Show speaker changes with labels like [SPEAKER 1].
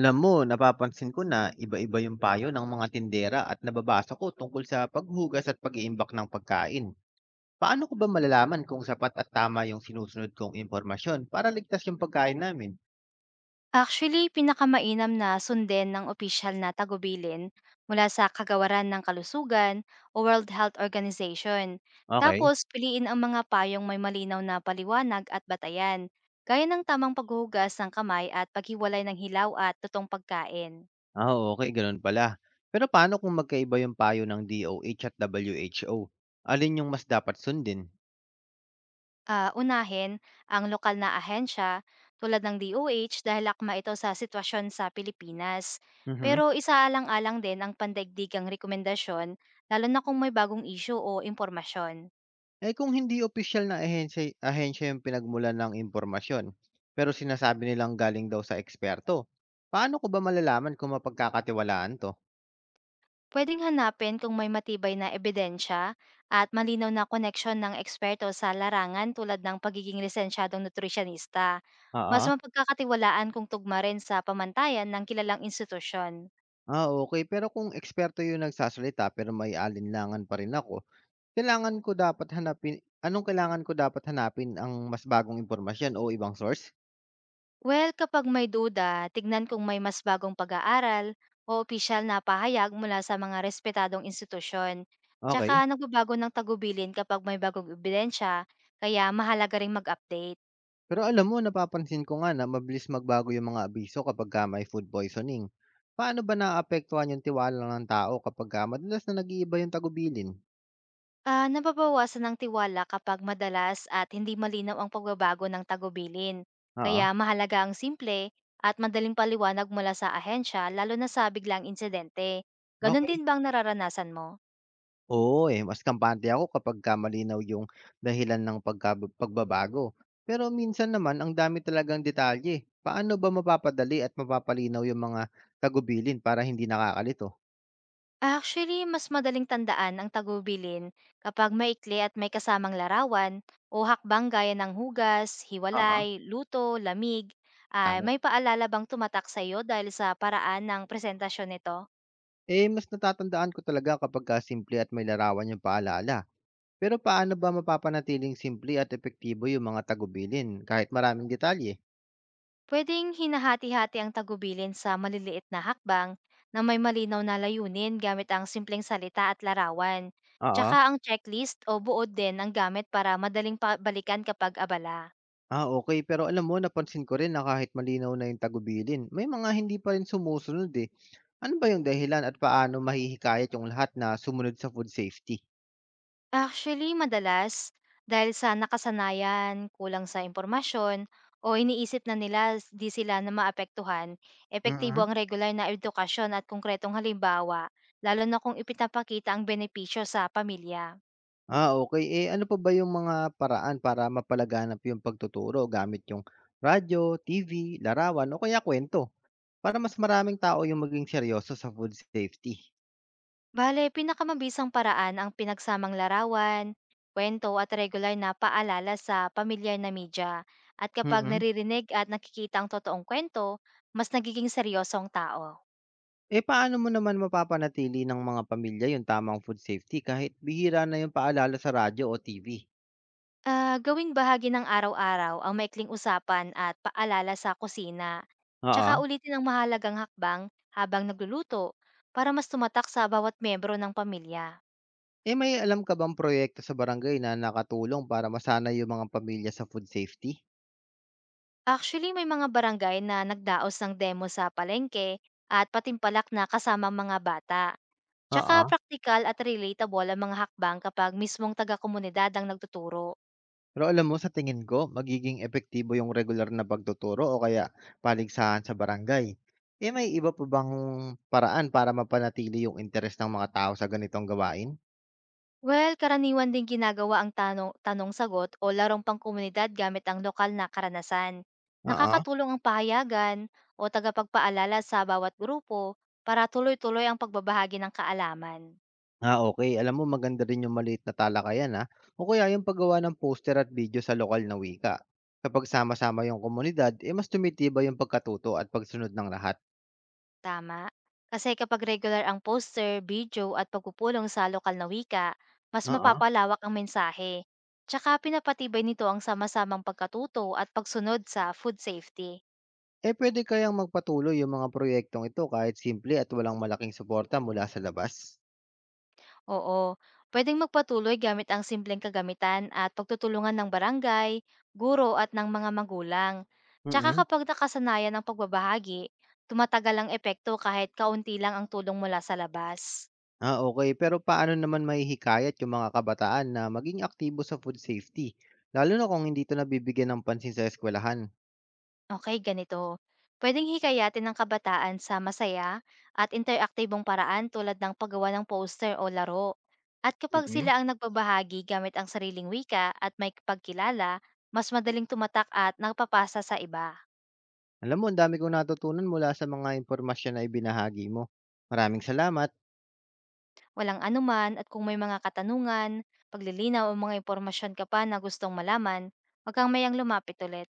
[SPEAKER 1] Alam mo, napapansin ko na iba-iba yung payo ng mga tindera at nababasa ko tungkol sa paghugas at pag-iimbak ng pagkain. Paano ko ba malalaman kung sapat at tama yung sinusunod kong impormasyon para ligtas yung pagkain namin?
[SPEAKER 2] Actually, pinakamainam na sundin ng opisyal na tagubilin mula sa Kagawaran ng Kalusugan o World Health Organization. Tapos,
[SPEAKER 1] Okay.
[SPEAKER 2] piliin ang mga payong may malinaw na paliwanag at batayan, gaya ng tamang paghuhugas ng kamay at paghiwalay ng hilaw at totoong pagkain.
[SPEAKER 1] Ah, okay, ganun pala. Pero paano kung magkaiba yung payo ng DOH at WHO? Alin yung mas dapat sundin?
[SPEAKER 2] Unahin ang lokal na ahensya tulad ng DOH dahil akma ito sa sitwasyon sa Pilipinas.
[SPEAKER 1] Mhm.
[SPEAKER 2] Pero isaalang-alang din ang pandaigdigang rekomendasyon lalo na kung may bagong issue o impormasyon.
[SPEAKER 1] Eh, kung hindi opisyal na ahensya ahensya yung pinagmulan ng impormasyon, pero sinasabi nilang galing daw sa eksperto, paano ko ba malalaman kung mapagkakatiwalaan 'to?
[SPEAKER 2] Pwedeng hanapin kung may matibay na ebidensya at malinaw na koneksyon ng eksperto sa larangan tulad ng pagiging lisensyadong nutritionista. Mas
[SPEAKER 1] Oo.
[SPEAKER 2] mapagkakatiwalaan kung tugma rin sa pamantayan ng kilalang institusyon.
[SPEAKER 1] Ah, okay. Pero kung eksperto yung nagsasalita pero may alinlangan pa rin ako, kailangan ko dapat hanapin anong kailangan ko dapat hanapin, ang mas bagong impormasyon o ibang source?
[SPEAKER 2] Well, kapag may duda, tignan kung may mas bagong pag-aaral o opisyal na pahayag mula sa mga respetadong institusyon. Tsaka
[SPEAKER 1] Okay.
[SPEAKER 2] nagbabago ng tagubilin kapag may bagong ebidensya, kaya mahalaga ring mag-update.
[SPEAKER 1] Pero alam mo napapansin ko nga na mabilis magbago yung mga abiso kapagka may food poisoning. Paano ba naaapektuhan yung tiwala ng tao kapagka madalas na nag-iiba yung tagubilin?
[SPEAKER 2] Ah, nababawasan ng tiwala kapag madalas at hindi malinaw ang pagbabago ng tagubilin. Kaya
[SPEAKER 1] Oo,
[SPEAKER 2] mahalaga ang simple at madaling paliwanag mula sa ahensya lalo na sa biglang insidente. Ganon
[SPEAKER 1] okay.
[SPEAKER 2] din bang nararanasan mo?
[SPEAKER 1] Oo, eh, mas kampante ako kapagka malinaw yung dahilan ng pagbabago. Pero minsan naman ang dami talagang detalye. Paano ba mapapadali at mapapalinaw yung mga tagubilin para hindi nakakalito?
[SPEAKER 2] Actually, mas madaling tandaan ang tagubilin kapag maikli at may kasamang larawan o hakbang gaya ng hugas,
[SPEAKER 1] Oo,
[SPEAKER 2] hiwalay, luto, lamig. Ay
[SPEAKER 1] tama.
[SPEAKER 2] may paalala bang tumatak sa iyo dahil sa paraan ng presentasyon nito?
[SPEAKER 1] Eh, mas natatandaan ko talaga kapagka simple at may larawan yung paalala. Pero paano ba mapapanatiling simple at epektibo yung mga tagubilin kahit maraming detalye?
[SPEAKER 2] Pwedeng hinahati-hati ang tagubilin sa maliliit na hakbang na may malinaw na layunin gamit ang simpleng salita at larawan. Tsaka
[SPEAKER 1] Oo.
[SPEAKER 2] ang checklist o buod din ang gamit para madaling pabalikan kapag abala.
[SPEAKER 1] Ah, okay. Pero alam mo, napansin ko rin na kahit malinaw na yung tagubilin, may mga hindi pa rin sumusunod eh. Ano ba yung dahilan at paano mahihikayat yung lahat na sumunod sa food safety?
[SPEAKER 2] Actually, madalas, dahil sa nakasanayan, kulang sa impormasyon, o iniisip na di sila na maapektuhan, epektibo
[SPEAKER 1] Mm.
[SPEAKER 2] ang regular na edukasyon at konkretong halimbawa, lalo na kung ipinapakita ang benepisyo sa pamilya.
[SPEAKER 1] Ah, okay. Eh, ano pa ba yung mga paraan para mapalaganap yung pagtuturo gamit yung radyo, TV, larawan o kaya kwento para mas maraming tao yung maging seryoso sa food safety?
[SPEAKER 2] Bale, pinakamabisang paraan ang pinagsamang larawan, kwento at regular na paalala sa pamilyar na media. At kapag
[SPEAKER 1] Mhm.
[SPEAKER 2] naririnig at nakikita ang totoong kwento, mas nagiging seryoso ang tao.
[SPEAKER 1] Eh, paano mo naman mapapanatili ng mga pamilya yung tamang food safety kahit bihira na yung paalala sa radyo o TV?
[SPEAKER 2] Ah, gawing bahagi ng araw-araw ang maikling usapan at paalala sa kusina. Tsaka
[SPEAKER 1] Oo.
[SPEAKER 2] ulitin ang mahalagang hakbang habang nagluluto para mas tumatak sa bawat miyembro ng pamilya.
[SPEAKER 1] Eh, may alam ka bang proyekto sa barangay na nakatulong para masana yung mga pamilya sa food safety?
[SPEAKER 2] Actually, may mga barangay na nagdaos ng demo sa palengke at patimpalak na kasama ang mga bata. Tsaka
[SPEAKER 1] Oo.
[SPEAKER 2] praktikal at relatable ang mga hakbang kapag mismong taga-komunidad ang nagtuturo.
[SPEAKER 1] Pero alam mo, sa tingin ko, magiging epektibo yung regular na pagtuturo o kaya paligsahan sa barangay. Eh, may iba pa bang paraan para mapanatili yung interes ng mga tao sa ganitong gawain?
[SPEAKER 2] Well, karaniwan din ginagawa ang tanong, tanong-sagot o larong pangkomunidad gamit ang lokal na karanasan.
[SPEAKER 1] Oo.
[SPEAKER 2] Nakakatulong ang pahayagan o tagapagpaalala sa bawat grupo para tuloy-tuloy ang pagbabahagi ng kaalaman.
[SPEAKER 1] Ah, okay. Alam mo maganda rin yung maliit na talakayan, ah, o kaya yung paggawa ng poster at video sa lokal na wika. Kapag sama-sama yung komunidad, eh, mas tumitibay yung pagkatuto at pagsunod ng lahat.
[SPEAKER 2] Tama. Kasi kapag regular ang poster, video at pagpupulong sa lokal na wika, mas
[SPEAKER 1] Oo.
[SPEAKER 2] mapapalawak ang mensahe. Tsaka pinapatibay nito ang sama-samang pagkatuto at pagsunod sa food safety.
[SPEAKER 1] Eh, puwede kayang magpatuloy yung mga proyektong ito kahit simple at walang malaking suporta mula sa labas?
[SPEAKER 2] Oo, pwedeng magpatuloy gamit ang simpleng kagamitan at pagtutulungan ng barangay, guro at ng mga magulang. Tsaka
[SPEAKER 1] Mm.
[SPEAKER 2] kapag nakasanayan ang pagbabahagi, tumatagal ang epekto kahit kaunti lang ang tulong mula sa labas.
[SPEAKER 1] Ah, okay. Pero paano naman mahihikayat yung mga kabataan na maging aktibo sa food safety, lalo na kung hindi ito nabibigyan ng pansin sa eskwelahan?
[SPEAKER 2] Okay, ganito. Pwedeng hikayatin ng kabataan sa masaya at interaktibong paraan tulad ng paggawa ng poster o laro. At kapag
[SPEAKER 1] Mm.
[SPEAKER 2] sila ang nagbabahagi gamit ang sariling wika at may pagkilala, mas madaling tumatak at nagpapasa sa iba.
[SPEAKER 1] Alam mo ang dami kong natutunan mula sa mga impormasyon na ibinahagi mo. Maraming salamat.
[SPEAKER 2] Walang anuman, at kung may mga katanungan, paglilinaw o mga impormasyon ka pa na gustong malaman, huwag kang mayang lumapit ulit.